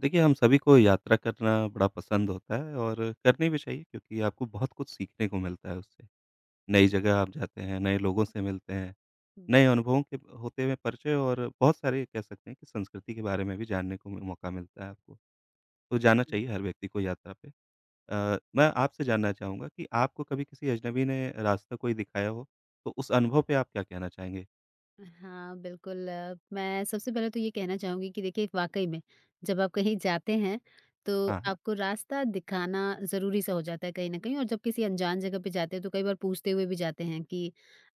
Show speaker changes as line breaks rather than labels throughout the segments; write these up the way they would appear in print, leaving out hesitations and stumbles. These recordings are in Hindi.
देखिए, हम सभी को यात्रा करना बड़ा पसंद होता है और करनी भी चाहिए क्योंकि आपको बहुत कुछ सीखने को मिलता है उससे। नई जगह आप जाते हैं, नए लोगों से मिलते हैं, नए
बिल्कुल।
अनुभवों के होते हुए परिचय और बहुत सारे कह सकते हैं कि संस्कृति के बारे में भी जानने को मौका मिलता है आपको। तो जाना चाहिए हर व्यक्ति को यात्रा पे। मैं आपसे जानना चाहूँगा कि आपको कभी किसी अजनबी ने रास्ता कोई दिखाया हो, तो उस अनुभव पे आप क्या कहना चाहेंगे?
हाँ, बिल्कुल मैं सबसे पहले तो ये कहना चाहूँगी कि देखिए वाक़ई में जब आप कहीं जाते हैं, तो
हाँ, हाँ,
आपको रास्ता दिखाना ज़रूरी सा हो जाता है कहीं न कहीं और जब किसी अनजान जगह पे जाते हैं तो कई बार पूछते हुए भी जाते हैं कि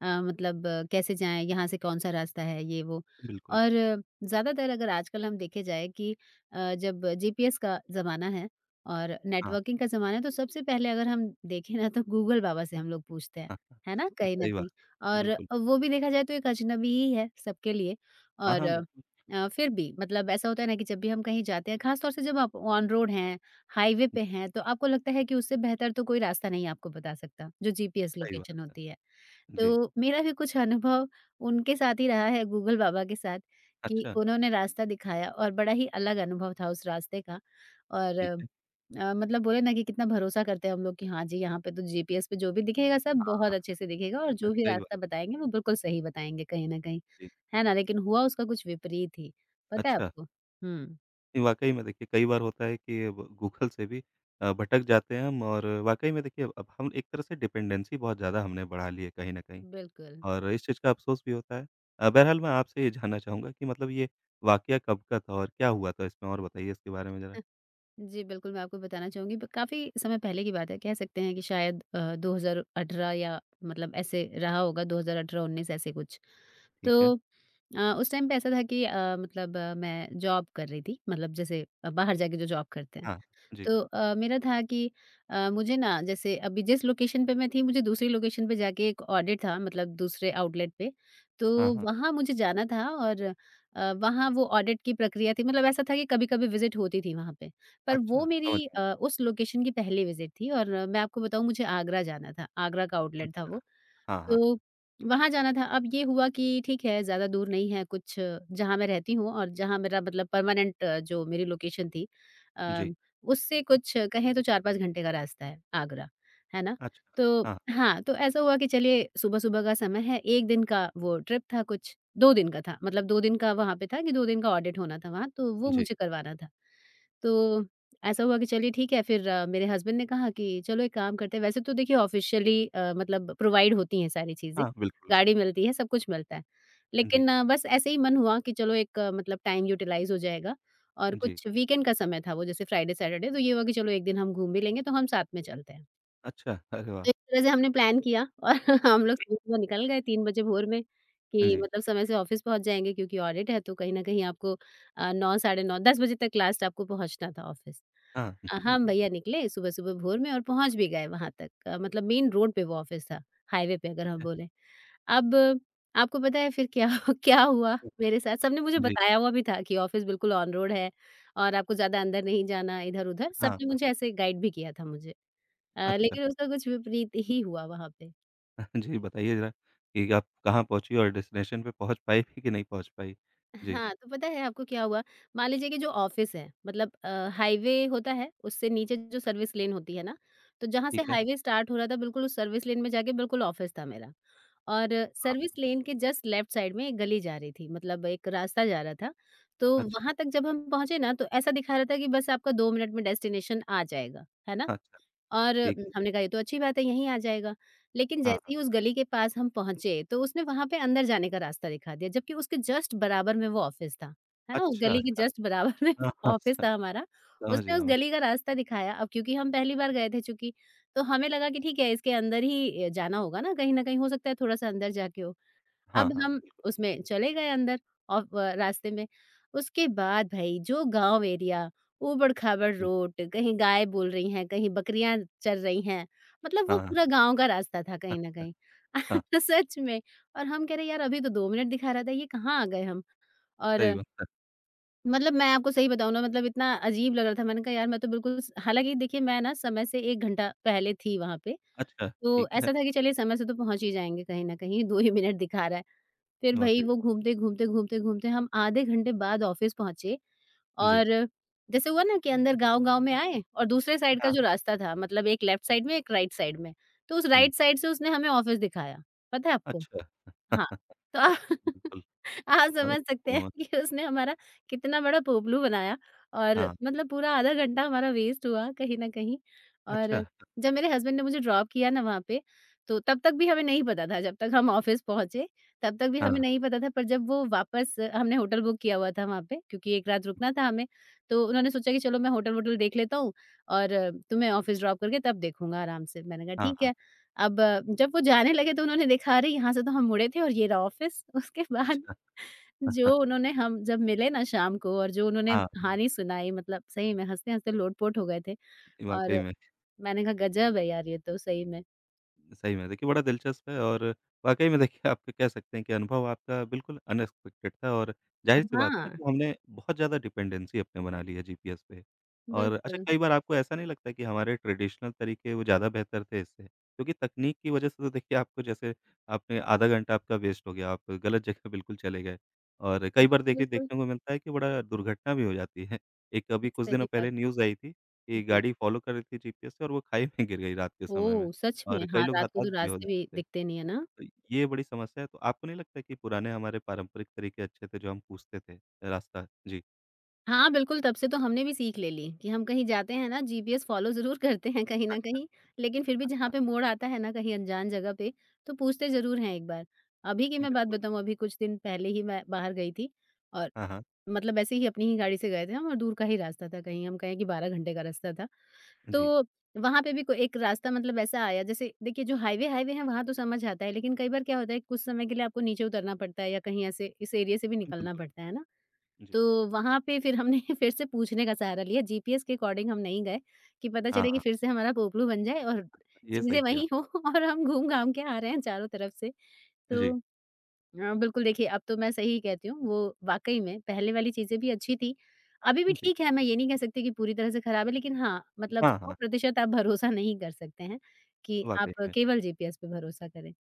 मतलब कैसे जाएँ, यहाँ से कौन-सा रास्ता है ये वो।
बिल्कुल।
और ज़्यादातर अगर आजकल हम देखे जाएँ कि जब जीपीएस का ज़माना है और
हाँ,
नेटवर्किंग का ज़माना है तो सबसे पहले अगर हम देखें ना तो गूगल बाबा से हम लोग पूछते हैं,
हाँ, हाँ,
है ना? कहीं न
सही बात
कहीं।
है।
और
बिल्कुल।
वो भी देखा जाए तो एक अजनबी ही है सबके लिए
हाँ, हाँ,
और
बिल्कुल।
फिर भी मतलब ऐसा होता है ना कि जब भी हम कहीं जाते हैं खास तौर से जब आप ऑन रोड हैं, हाईवे
जी,
पे हैं, तो आपको लगता है कि उससे बेहतर तो कोई रास्ता नहीं आपको बता सकता, जो जीपीएस
सही
लोकेशन
बात
होती है।
है। जी,
तो मेरा भी कुछ अनुभव उनके साथ ही रहा है गूगल बाबा के साथ कि
अच्छा।
उन्होंने रास्ता दिखाया और बड़ा ही अलग अनुभव था उस रास्ते का
ठीक
और
है।
मतलब बोले ना कि कितना भरोसा करते हैं हम लोग कि हाँ जी, यहाँ पे तो जीपीएस पे जो भी दिखेगा सब
हाँ,
बहुत अच्छे से दिखेगा और जो भी
सही
रास्ता
बात
बताएँगे वो बिल्कुल सही बताएँगे कहीं न कहीं।
है।
है ना? लेकिन हुआ उसका कुछ विपरीत ही। पता है
अच्छा,
आपको? हुँ,
नहीं वाक़ई में देखिए कई बार होता है कि अब गूगल से भी भटक जाते हैं हम और वाक़ई में देखिए अब हम एक तरह से डिपेंडेंसी बहुत ज़्यादा हमने बढ़ा ली है कहीं न कहीं
बिल्कुल।
और इस चीज़ का अफ़सोस भी होता है। बहरहाल मैं आपसे ये जानना चाहूँगा कि मतलब ये वाक़या कब का था और क्या हुआ था इसमें और बताइए इसके बारे में ज़रा?
जी, बिल्कुल मैं आपको बताना चाहूँगी ब काफ़ी समय पहले की बात है, कह सकते हैं कि शायद 2018 या मतलब ऐसे रहा होगा 2018-19 ऐसे कुछ।
ठीक है।
तो उस टाइम पे ऐसा था कि मैं जॉब कर रही थी, मतलब जैसे बाहर जाके जो जॉब करते हैं।
हाँ, जी।
तो मेरा था कि मुझे ना जैसे अभी जिस लोकेशन पे मैं थी मुझे दूसरी लोकेशन पे जाके एक ऑडिट था मतलब दूसरे आउटलेट पे। तो
हाँ, हाँ।
वहाँ मुझे जाना था और वहाँ वो ऑडिट की प्रक्रिया थी मतलब ऐसा था कि कभी-कभी विज़िट होती थी वहाँ पे। पर
अच्छा,
वो
समझ
मेरी
गया।
उस लोकेशन की पहली विज़िट थी और मैं आपको बताऊँ मुझे आगरा जाना था, आगरा का आउटलेट था
अच्छा।
वो।
हाँ, हाँ।
तो वहाँ जाना था, अब ये हुआ कि ठीक है ज़्यादा दूर नहीं है कुछ जहाँ मैं रहती हूँ और जहाँ मेरा मतलब परमानेंट जो मेरी लोकेशन थी अ,
जी।
उससे कुछ कहें तो 4-5 घंटे का रास्ता है, आगरा, है ना?
अच्छा।
तो
हाँ,
हाँ, तो ऐसा हुआ कि चलिए सुबह-सुबह का समय है, 1 दिन का वो ट्रिप था कुछ, 2 दिन का था मतलब 2 दिन का वहाँ पे था कि 2 दिन का ऑडिट होना था वहाँ, तो वो
जी।
मुझे करवाना था। तो ऐसा हुआ कि चलिए ठीक है फिर मेरे हस्बैंड ने कहा कि चलो एक काम करते हैं वैसे तो देखिए ऑफिशियली मतलब प्रोवाइड होती हैं सारी चीज़ें,
हाँ, बिल्कुल।
गाड़ी मिलती है, सब कुछ मिलता है।
जी,
लेकिन बस ऐसे ही मन हुआ कि चलो एक मतलब टाइम यूटिलाइज़ हो जाएगा और
जी।
कुछ वीकेंड का समय था वो जैसे फ्राइडे, सैटरडे तो ये हुआ कि चलो एक दिन हम घूम भी लेंगे तो हम साथ में चलते हैं।
अच्छा, अरे वाह!
एक तरह से हमने प्लान किया और हम लोग सुबह-सुबह निकल गए 3 बजे भोर में कि
जी।
मतलब समय से ऑफ़िस पहुँच जाएँगे क्योंकि ऑडिट है तो कहीं न कहीं आपको 9 साढ़े 9 10 बजे तक लास्ट आपको पहुँचना था ऑफ़िस।
हाँ,
हम
बिल्कुल
भैया निकले सुबह-सुबह भोर में और पहुँच भी गए वहाँ तक मतलब मेन रोड पे वो ऑफ़िस था, हाईवे पे अगर
ठीक
हम
है।
बोलें। अब आपको पता है फिर क्या क्या हुआ मेरे साथ? सबने मुझे
जी,
बताया हुआ भी था कि ऑफ़िस बिल्कुल ऑन रोड है और आपको ज़्यादा अंदर नहीं जाना इधर-उधर,
हाँ,
सबने
हाँ।
मुझे ऐसे गाइड भी किया था मुझे।
अच्छा,
लेकिन उसका कुछ विपरीत ही हुआ वहाँ पे।
जी बताइए ज़रा कि आप कहाँ पहुँची और डेस्टिनेशन पे पहुँच पाई भी कि नहीं पहुँच पाई? जी,
हाँ, तो पता है आपको क्या हुआ? मान लीजिए कि जो ऑफ़िस है मतलब हाईवे होता है, उससे नीचे जो सर्विस लेन होती है ना, तो जहाँ से
ठीक है।
हाईवे स्टार्ट हो रहा था बिल्कुल उस सर्विस लेन में जाके बिल्कुल ऑफ़िस था मेरा। और
हाँ,
सर्विस लेन के जस्ट लेफ्ट साइड में एक गली जा रही थी मतलब एक रास्ता जा रहा था। तो
अच्छा,
वहाँ तक जब हम पहुँचे ना तो ऐसा दिखा रहा था कि बस आपका 2 मिनट में डेस्टिनेशन आ जाएगा, है ना?
अच्छा,
और
ठीक है।
हमने कहा ये तो अच्छी बात है यहीं आ जाएगा। लेकिन
हाँ,
जैसे
हाँ,
ही उस गली के पास हम पहुँचे तो उसने वहाँ पे अंदर जाने का रास्ता दिखा दिया जबकि उसके जस्ट बराबर में वो ऑफ़िस था। है ना? उस
अच्छा,
गली के
अच्छा।
जस्ट बराबर में
हाँ, हाँ, स
ऑफ़िस था हमारा।
समझ
उसने उस
गया मैं।
गली का रास्ता दिखाया अब क्योंकि हम पहली बार गए थे चूँकि, तो हमें लगा कि ठीक है इसके अंदर ही जाना होगा ना कहीं न कहीं हो सकता है थोड़ा-सा अंदर जाके हो।
हाँ,
अब
हाँ,
हम
बिल्कुल।
उसमें चले गए अंदर और रास्ते में उसके बाद भाई जो गाँव एरिया,
हाँ
ऊबड़-खाबड़
जी,
रोड, कहीं गाय बोल रही हैं, कहीं बकरियाँ चर रही हैं, मतलब वो
हाँ, हाँ,
पूरा गाँव का रास्ता था
हाँ,
कहीं न कहीं।
हाँ,
सच में और हम कह रहे यार अभी तो 2 मिनट दिखा रहा था, ये कहाँ आ गए हम? और
सही बात है।
मतलब मैं आपको सही बताऊँ ना मतलब इतना अजीब लग रहा था, मैंने कहा यार मैं तो बिल्कुल स हालाँकि देखिए मैं ना समय से 1 घंटा पहले थी वहाँ पे,
अच्छा,
तो
ठीक है,
ऐसा था कि चलिए समय से तो पहुँच ही जाएँगे कहीं न कहीं, 2 ही मिनट दिखा रहा है। फिर भई
वाक़ई में।
वो घूमते, घूमते, घूमते, घूमते हम आधे घंटे बाद ऑफ़िस पहुँचे
जी,
और जैसे हुआ ना कि अंदर गाँव-गाँव में आए और दूसरे साइड का
हाँ,
जो रास्ता था मतलब एक लेफ्ट साइड में, एक राइट साइड में, तो उस
हुँ,
राइट साइड से उसने हमें ऑफ़िस दिखाया। पता है आपको?
अच्छा।
हाँ, तो आप
बिल्कुल,
आप समझ सकते हैं
हाँ,
कि उसने हमारा कितना बड़ा पोपलू बनाया और
हाँ,
मतलब पूरा आधा घंटा हमारा वेस्ट हुआ कहीं न कहीं और
अच्छा,
जब मेरे हस्बैंड ने मुझे ड्रॉप किया ना वहाँ पे, तो तब तक भी हमें नहीं पता था जब तक हम ऑफ़िस पहुँचे, तब तक भी हमें
हाँ,
नहीं पता था पर जब वो वापस हमने होटल बुक किया हुआ था वहाँ पे क्योंकि 1 रात रुकना था हमें, तो उन्होंने सोचा कि चलो मैं होटल-वोटल देख लेता हूँ और तुम्हें ऑफ़िस ड्रॉप करके तब देखूँगा आराम से। मैंने कहा
हाँ,
ठीक
हाँ,
है। अब जब वो जाने लगे तो उन्होंने देखा अरे यहाँ से तो हम मुड़े थे और ये रहा ऑफिस। उसके बाद
अच्छा,
जो उन्होंने हम जब मिले ना शाम को और जो उन्होंने
हाँ,
कहानी सुनाई मतलब सही में हँसते-हँसते लोट-पोट हो गए थे
वाक़ई
और
में।
मैंने कहा गज़ब है यार ये तो सही में।
सही में देखिए बड़ा दिलचस्प है और वाक़ई में देखिए आप कह सकते हैं कि अनुभव आपका बिल्कुल अनएक्सपेक्टेड था और ज़ाहिर-सी बात है ना
हाँ।
कि हमने बहुत ज़्यादा डिपेंडेंसी अपने बना ली है जीपीएस पे। और अच्छा
बिल्कुल,
कई बार आपको ऐसा नहीं लगता कि हमारे ट्रेडिशनल तरीके वो ज़्यादा बेहतर थे इससे? क्योंकि तकनीक की वज़ह से तो देखिए आपको जैसे आपने आधा घंटा आपका वेस्ट हो गया, आप गलत जगह बिल्कुल चले गए और
हाँ,
कई बार देखिए
बिल्कुल
देखने को मिलता है कि बड़ा दुर्घटना भी हो जाती है। एक अभी कुछ
सही
दिनों
बात
पहले
है।
न्यूज़ आई थी कि
जी।
गाड़ी फ़ॉलो कर रही थी जीपीएस से और वो खाई में गिर गई रात के समय में।
ओह! सच में
और
हाँ,
कई लोग
रात को
हताश
तो
भी हो
रास्ते भी
जाते हैं।
दिखते नहीं है ना?
तो ये बड़ी समस्या है, तो आपको नहीं लगता कि पुराने हमारे पारंपरिक तरीके अच्छे थे, जो हम पूछते थे रास्ता? जी,
हाँ, बिल्कुल, तब से तो हमने भी सीख ले ली कि हम कहीं जाते हैं ना जीपीएस फ़ॉलो ज़रूर करते हैं कहीं न कहीं, लेकिन फिर भी जहाँ पे मोड़ आता है ना कहीं अनजान जगह पे, तो पूछते ज़रूर हैं एक बार। अभी की मैं बात
बिल्कुल।
बताऊँ अभी कुछ दिन पहले ही मैं बाहर गई थी और
हाँ, हाँ।
मतलब ऐसे ही अपनी ही गाड़ी से गए थे हम और दूर का ही रास्ता था कहीं हम कहें कि 12 घंटे का रास्ता था।
जी,
तो वहाँ पे भी को एक रास्ता मतलब ऐसा आया जैसे देखिए जो हाईवे-हाईवे है वहाँ तो समझ आता है लेकिन कई बार क्या होता है कुछ समय के लिए आपको नीचे उतरना पड़ता है या कहीं ऐसे इस एरिया से भी निकलना
बिल्कुल।
पड़ता है ना।
जी।
तो वहाँ पे फिर हमने फिर से पूछने का सहारा लिया, जीपीएस के अकॉर्डिंग हम नहीं गए, कि पता
हाँ,
चले कि
हाँ।
फिर से हमारा पोपलू बन जाए और
ये
चीज़ें
सही किया
वही हों
आपने।
और हम घूम-घाम के आ रहे हैं चारों तरफ से। तो
जी,
बिल्कुल देखिए अब तो मैं सही कहती हूँ, वो वाक़ई में पहले वाली चीज़ें भी अच्छी थी। अभी भी
जी।
ठीक है, मैं ये नहीं कह सकती कि पूरी तरह से खराब है, लेकिन हाँ, मतलब
हाँ, हाँ।
100% आप भरोसा नहीं कर सकते हैं, कि
वाक़ई
आप
में।
केवल जीपीएस पे भरोसा करें।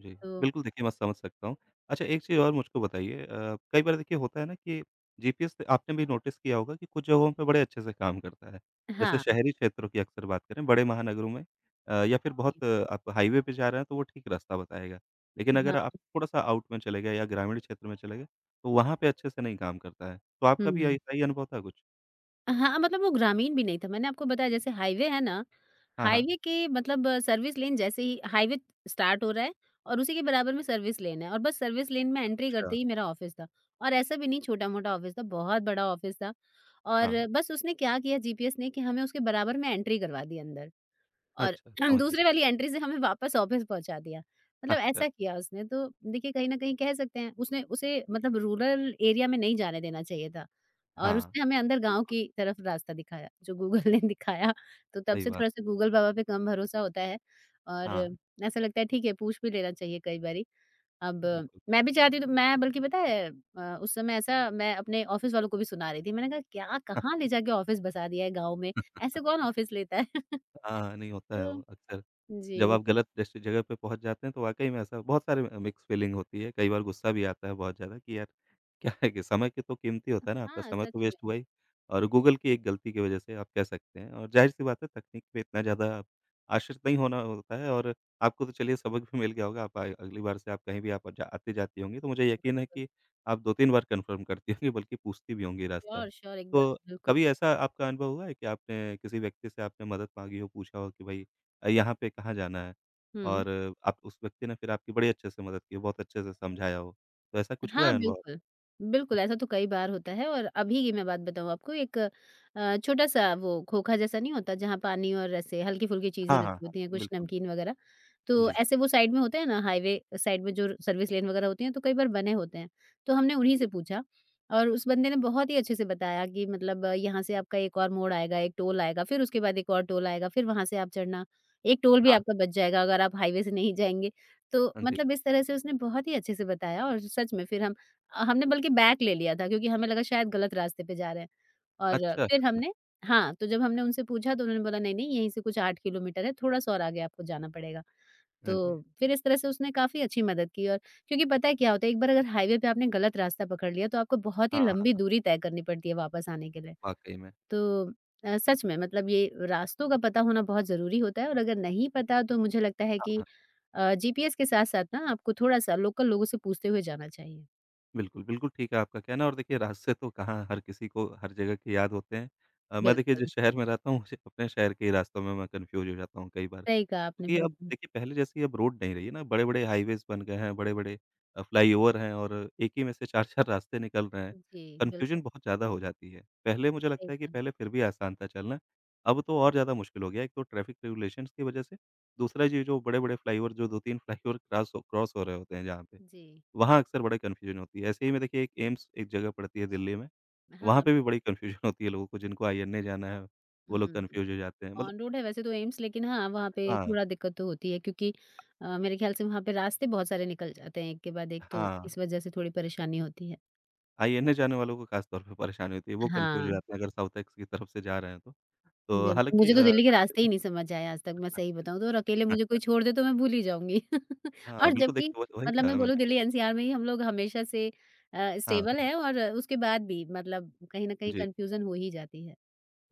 जी,
तो
बिल्कुल देखिए मैं समझ सकता हूँ। अच्छा एक चीज़ और मुझको बताइए कई बार देखिए होता है ना कि जीपीएस से आपने भी नोटिस किया होगा कि कुछ जगहों पे बड़े अच्छे से काम करता है। जैसे
हाँ,
शहरी क्षेत्रों की अक्सर बात करें, बड़े महानगरों में या फिर आप हाईवे पे जा रहे हैं तो वो ठीक रास्ता बताएगा। लेकिन अगर आप
हाँ,
थोड़ा-सा आउट में चले गए या ग्रामीण क्षेत्र में चले गए, तो वहाँ पे अच्छे से नहीं काम करता है। तो आपका भी
हुँ।
ऐसा ही अनुभव था कुछ?
हाँ, मतलब वो ग्रामीण भी नहीं था। मैंने आपको बताया जैसे हाईवे है ना,
हाँ, हाँ।
हाईवे के मतलब सर्विस लेन जैसे ही हाईवे स्टार्ट हो रहा है और उसी के बराबर में सर्विस लेन है और बस सर्विस लेन में एंट्री
अच्छा,
करते ही मेरा ऑफ़िस था। और ऐसा भी नहीं छोटा-मोटा ऑफ़िस था, बहुत बड़ा ऑफ़िस था।
हाँ,
और
हाँ।
बस उसने क्या किया जीपीएस ने कि हमें उसके बराबर में एंट्री करवा दी अंदर। और
अच्छा, समझ
दूसरे
गया।
वाली एंट्री से हमें वापस ऑफिस पहुँचा दिया। मतलब
अच्छा,
ऐसा किया उसने तो देखिए कहीं न कहीं कह सकते हैं उसने उसे मतलब रूरल एरिया में नहीं जाने देना चाहिए था और
हाँ,
उसने हमें अंदर गाँव
बिल्कुल,
की तरफ रास्ता दिखाया, जो गूगल ने दिखाया। तो तब
सही
से
बात
थोड़ा-सा
है।
गूगल बाबा पे कम भरोसा होता है और
हाँ,
ऐसा लगता है ठीक है पूछ भी लेना चाहिए कई बारी। अब
बिल्कुल।
मैं भी चाहती तो मैं बल्कि पता है उस समय ऐसा मैं अपने ऑफिस वालों को भी सुना रही थी। मैंने कहा क्या कहाँ ले जाके ऑफिस बसा दिया है गाँव में, ऐसे कौन ऑफिस लेता है?
हाँ, नहीं होता है
तो
वो अक्सर।
जी।
जब आप गलत जैसे जगह पे पहुँच जाते हैं तो वाक़ई में ऐसा बहुत सारे मिक्स फीलिंग होती है, कई बार गुस्सा भी आता है बहुत ज़्यादा कि यार क्या है कि समय की तो कीमती होता है ना, आपका
हाँ,
समय
सच
तो वेस्ट
में,
हुआ ही और गूगल की एक गलती की वजह से आप कह सकते हैं और ज़ाहिर-सी बात है तकनीक पे इतना ज़्यादा आप आश्रित नहीं होना होता है और आपको तो चलिए सबक भी मिल गया होगा, आप आए अगली बार से आप कहीं भी आप जा आती-जाती होंगी तो मुझे यकीन है
बिल्कुल।
कि आप 2-3 बार कन्फर्म करती होंगी बल्कि पूछती भी होंगी रास्ता।
श्योर, श्योर एकदम,
तो
बिल्कुल।
कभी ऐसा आपका अनुभव हुआ है कि आपने किसी व्यक्ति से आपने मदद माँगी हो, पूछा हो कि भई यहाँ पे कहाँ जाना है
हुँ।
और आप उस व्यक्ति ने फिर आपकी बड़ी अच्छे से मदद की, बहुत अच्छे से समझाया हो। तो ऐसा कुछ हुआ
हाँ,
है अनुभव
बिल्कुल।
आपको?
बिल्कुल, ऐसा
अच्छा।
तो कई बार होता है और अभी की मैं बात बताऊँ आपको एक छोटा-सा वो खोखा जैसा नहीं होता जहाँ पानी और ऐसे हल्की-फुल्की चीज़ें
हाँ, हाँ,
रखी
हाँ,
होती हैं, कुछ
बिल्कुल।
नमकीन वगैरह। तो
जी,
ऐसे वो साइड में होते हैं ना हाईवे साइड में जो सर्विस लेन वगैरह होती हैं तो कई बार बने होते हैं। तो हमने उन्हीं से
बिल्कुल।
पूछा और उस बंदे ने बहुत ही अच्छे से बताया कि मतलब यहाँ से आपका एक और मोड़ आएगा, एक टोल आएगा, फिर उसके बाद एक और टोल आएगा, फिर वहाँ से आप चढ़ना, एक टोल भी
हाँ,
आपका बच जाएगा अगर आप हाईवे से नहीं जाएँगे। तो
हाँ जी।
मतलब इस तरह से उसने बहुत ही अच्छे से बताया और सच में फिर हम हमने बल्कि बैक ले लिया था क्योंकि हमें लगा शायद गलत रास्ते पे जा रहे हैं। और
अच्छा,
फिर हमने हाँ, तो जब हमने उनसे पूछा तो उन्होंने बोला नहीं-नहीं यहीं से कुछ 8 किलोमीटर है, थोड़ा-सा और आगे आपको जाना पड़ेगा। तो
हाँ जी।
फिर इस तरह से उसने काफ़ी अच्छी मदद की और क्योंकि पता है क्या होता है एक बार अगर हाईवे पे आपने गलत रास्ता पकड़ लिया तो आपको बहुत ही
हाँ,
लंबी
हाँ,
दूरी तय करनी पड़ती है वापस आने के लिए।
वाक़ई में।
तो सच में मतलब ये रास्तों का पता होना बहुत ज़रूरी होता है और अगर नहीं पता तो मुझे लगता है
हाँ,
कि
हाँ।
जीपीएस के साथ-साथ ना आपको थोड़ा-सा लोकल लोगों से पूछते हुए जाना चाहिए।
बिल्कुल, बिल्कुल ठीक है आपका कहना और देखिए रास्ते तो कहाँ हर किसी को हर जगह के याद होते हैं। मैं देखिए जिस
बिल्कुल,
शहर में रहता हूँ, उसी अपने शहर के ही रास्तों में मैं कन्फ्यूज़ हो जाता हूँ कई बार।
सही कहा आपने
क्योंकि अब
बिल्कुल।
देखिए पहले जैसी अब रोड नहीं रही है ना, बड़े-बड़े हाइवेज़ बन गए हैं, बड़े-बड़े फ्लाईओवर हैं और एक ही में से 4-4 रास्ते निकल रहे हैं।
जी, बिल्कुल,
कन्फ्यूज़न बहुत ज़्यादा हो जाती है। पहले मुझे
सही
लगता है कि
कहा।
पहले फिर भी आसान था चलना, अब तो और ज़्यादा मुश्किल हो गया है। एक तो ट्रैफ़िक रेगुलेशंस की वजह से, दूसरा ये जो बड़े-बड़े फ्लाईओवर जो 2-3 फ्लाईओवर क्रॉस हो रहे होते हैं जहाँ पे,
जी।
वहाँ अक्सर बड़ा कन्फ्यूज़न होती है। ऐसे ही में देखिए एक एम्स एक जगह पड़ती है दिल्ली में,
हाँ,
वहाँ पे भी बड़ी कन्फ्यूज़न होती है लोगों को, जिनको आईएनए जाना है, वो लोग
हुँ।
कन्फ्यूज़ हो जाते हैं। मतलब
ऑन रोड है वैसे तो एम्स लेकिन हाँ, वहाँ पे
हाँ,
थोड़ा दिक्कत तो होती है क्योंकि मेरे ख्याल से वहाँ पे रास्ते बहुत सारे निकल जाते हैं एक के बाद एक तो
हाँ।
इस वज़ह से थोड़ी परेशानी होती है।
आईएनए जाने वालों को ख़ास तौर पे परेशानी होती है, वो कन्फ्यूज़ हो
हाँ,
जाते हैं अगर साउथ एक्स की तरफ से जा रहे हैं तो। तो
बिल्कुल
हालाँकि
मुझे तो दिल्ली के रास्ते ही नहीं समझ आए आज तक मैं सही बताऊँ तो और अकेले मुझे कोई छोड़ दे तो मैं भूल ही जाऊँगी। और
हाँ, बिल्कुल
जबकि
देखिए वही वही
मतलब मैं
कहा
बोलूँ
मैंने।
दिल्ली एनसीआर में ही हम लोग हमेशा से
हाँ,
स्टेबल है और उसके बाद भी मतलब कहीं न कहीं
जी।
कन्फ्यूज़न हो ही जाती है।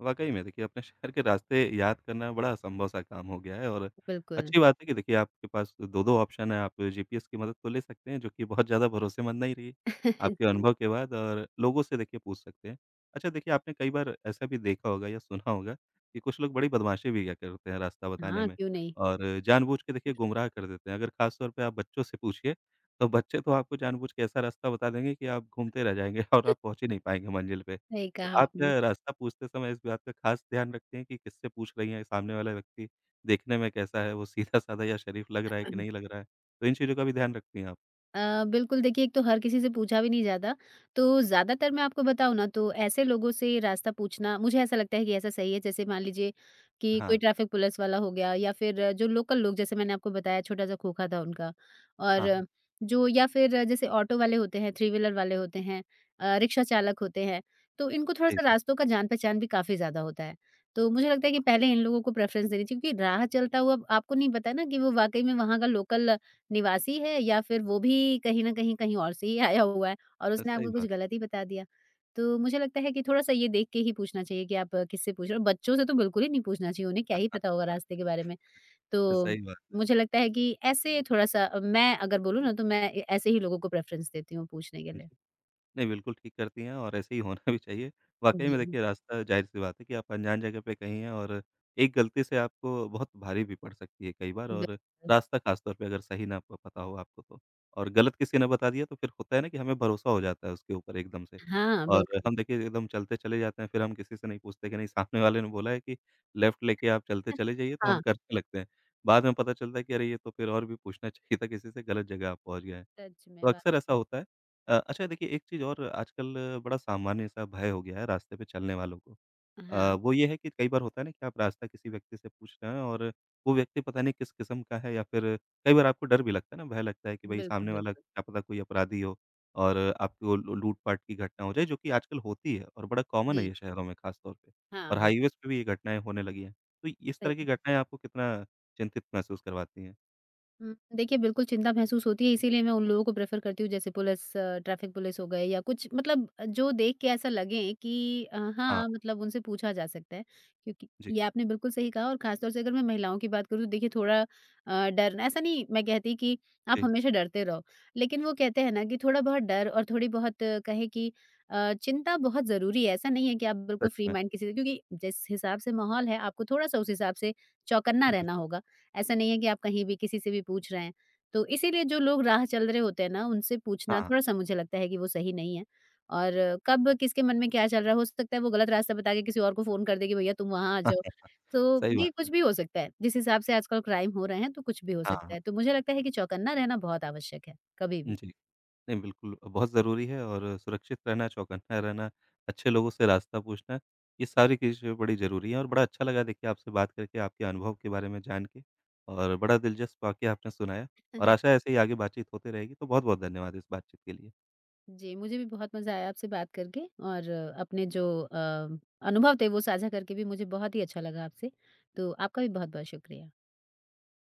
वाक़ई में देखिए अपने शहर के रास्ते याद करना बड़ा असंभव-सा काम हो गया है और
बिल्कुल।
अच्छी बात है कि देखिए आपके पास 2-2 ऑप्शन है, आप जीपीएस की मदद तो ले सकते हैं जो कि बहुत ज़्यादा भरोसेमंद नहीं रही, आपके
जी।
अनुभव के बाद और लोगों से देखिए पूछ सकते हैं। अच्छा देखिए आपने कई बार ऐसा भी देखा होगा या सुना होगा कि कुछ लोग बड़ी बदमाशी भी क्या करते हैं रास्ता बताने
हाँ,
में
क्यों नहीं?
और जानबूझ के देखिए गुमराह कर देते हैं। अगर ख़ास तौर पे आप बच्चों से पूछिए, तो बच्चे तो आपको जानबूझ के ऐसा रास्ता बता देंगे कि आप घूमते रह जाएँगे और आप पहुँच ही नहीं पाएँगे मंज़िल पे।
सही
तो
कहा
आप
आपने।
क्या रास्ता पूछते समय इस बात का खास ध्यान रखते हैं कि किससे पूछ रही हैं, सामने वाला व्यक्ति देखने में कैसा है, वो सीधा-साधा या शरीफ लग रहा है कि नहीं लग रहा है? तो इन चीज़ों का भी ध्यान रखती हैं आप?
बिल्कुल देखिए एक तो हर किसी से पूछा भी नहीं जाता, तो ज़्यादातर मैं आपको बताऊँ ना तो ऐसे लोगों से रास्ता पूछना मुझे ऐसा लगता है कि ऐसा सही है जैसे मान लीजिए कि कोई
हाँ।
ट्रैफिक पुलिस वाला हो गया या फिर जो लोकल लोग जैसे मैंने आपको बताया छोटा-सा खोखा था उनका
हाँ, हाँ,
और जो या फिर जैसे ऑटो वाले होते हैं, थ्री व्हीलर वाले होते हैं रिक्शा चालक होते हैं, तो इनको
सही
थोड़ा-सा
बात
रास्तों का जान-पहचान भी काफ़ी ज़्यादा होता है। तो मुझे लगता है कि पहले इन लोगों को प्रेफ़रेंस देनी चाहिए क्योंकि राह चलता हुआ आपको नहीं पता ना कि वो वाक़ई में वहाँ का लोकल निवासी है या फिर वो भी कहीं न कहीं, कहीं और से ही आया हुआ है और
है,
उसने
सही
आपको कुछ
बात
गलत ही बता दिया। तो मुझे लगता है कि थोड़ा-सा ये देख के ही पूछना चाहिए कि आप किससे पूछ रहे हो। बच्चों से तो बिल्कुल ही नहीं पूछना चाहिए, उन्हें क्या ही पता होगा रास्ते के बारे में।
है,
तो
सही बात है।
मुझे लगता है कि ऐसे थोड़ा-सा मैं अगर बोलूँ ना तो मैं ए ऐसे ही लोगों को प्रेफ़रेंस देती हूँ पूछने के
जी।
लिए।
नहीं, बिल्कुल ठीक करती हैं और ऐसे ही होना भी चाहिए। वाक़ई
जी,
में देखिए रास्ता ज़ाहिर-सी बात है कि आप अनजान जगह पे कहीं हैं और एक गलती से आपको बहुत भारी भी पड़ सकती है कई बार और
बिल्कुल।
रास्ता ख़ासतौर पे अगर सही ना प पता हो आपको तो। और गलत किसी ने बता दिया तो फिर होता है ना कि हमें भरोसा हो जाता है उसके ऊपर एकदम से।
हाँ,
और
बिल्कुल।
हम देखिए एकदम चलते चले जाते हैं फिर हम किसी से नहीं पूछते कि नहीं सामने वाले ने बोला है कि लेफ़्ट लेके आप चलते चले जाइए तो हम
हाँ,
करने लगते हैं। बाद में पता चलता है कि अरे ये तो फिर और भी पूछना चाहिए था किसी से गलत जगह आप पहुँच गए।
सच में
तो अक्सर
वाक़ई
ऐसा
में।
होता है। अच्छा देखिए एक चीज़ और आजकल बड़ा सामान्य-सा भय हो गया है रास्ते पे चलने वालों को।
हाँ।
वो ये है कि कई बार होता है ना कि आप रास्ता किसी व्यक्ति से पूछ रहे हैं और वो व्यक्ति पता नहीं किस किस्म का है या फिर कई बार आपको डर भी लगता है ना, भय लगता है कि भई
बिल्कुल,
सामने वाला
बिल्कुल।
क्या पता कोई अपराधी हो और आपको लू लूट-पाट की घटना हो जाए जो कि आजकल होती है और बड़ा कॉमन है
जी।
ये शहरों में ख़ास तौर पे
हाँ,
और
बिल्कुल
हाईवेज़ पे भी ये घटनाएँ होने लगी हैं। तो इस
सही
तरह की
कहा।
घटनाएँ आपको कितना चिंतित महसूस करवाती हैं?
हुँ, देखिए बिल्कुल चिंता महसूस होती है इसीलिए मैं उन लोगों को प्रेफ़र करती हूँ जैसे पुलिस ट्रैफ़िक पुलिस हो गए या कुछ मतलब जो देख के ऐसा लगे कि
हाँ,
हाँ, मतलब उनसे पूछा जा सकता है। क्योंकि
जी,
ये आपने बिल्कुल सही कहा और ख़ास तौर से अगर मैं महिलाओं की बात करूँ तो देखिए थोड़ा डर ऐसा नहीं मैं कहती कि आप
जी,
हमेशा डरते रहो। लेकिन वो कहते हैं ना कि थोड़ा बहुत डर और थोड़ी बहुत कहें कि चिंता बहुत ज़रूरी है। ऐसा नहीं है कि आप बिल्कुल
सच
फ्री
में।
माइंड किसी से क्योंकि जिस हिसाब से माहौल है आपको थोड़ा-सा उस हिसाब से चौकन्ना रहना
बिल्कुल,
होगा। ऐसा नहीं है कि आप कहीं भी किसी से भी पूछ रहे हैं। तो इसीलिए जो लोग राह चल रहे होते हैं ना, उनसे पूछना
हाँ।
थोड़ा-सा मुझे लगता है कि वो सही नहीं है। और कब किसके मन में क्या चल रहा है, हो सकता है वो गलत रास्ता बता के किसी और को फ़ोन कर दे कि भैया तुम वहाँ आ
हाँ,
जाओ।
हाँ, हाँ,
तो
सही
ये
बात
कुछ
है।
भी हो सकता है। जिस हिसाब से आजकल क्राइम हो रहे हैं, तो कुछ भी हो
हाँ,
सकता
हाँ।
है। तो मुझे लगता है कि चौकन्ना रहना बहुत आवश्यक है, कभी भी।
जी। नहीं बिल्कुल, बहुत ज़रूरी है और सुरक्षित रहना, चौकन्ना रहना, अच्छे लोगों से रास्ता पूछना, ये सारी चीज़ें बड़ी ज़रूरी हैं और बड़ा अच्छा लगा देखिए आपसे बात करके, आपके अनुभव के बारे में जान के और बड़ा दिलचस्प वाक़या आपने सुनाया और
जी,
आशा है ऐसे ही आगे बातचीत होते रहेगी। तो बहुत-बहुत धन्यवाद इस बातचीत के लिए।
जी, मुझे भी बहुत मज़ा आया आपसे बात करके और अपने जो अनुभव थे वो साझा करके भी मुझे बहुत ही अच्छा लगा आपसे। तो आपका भी बहुत-बहुत शुक्रिया।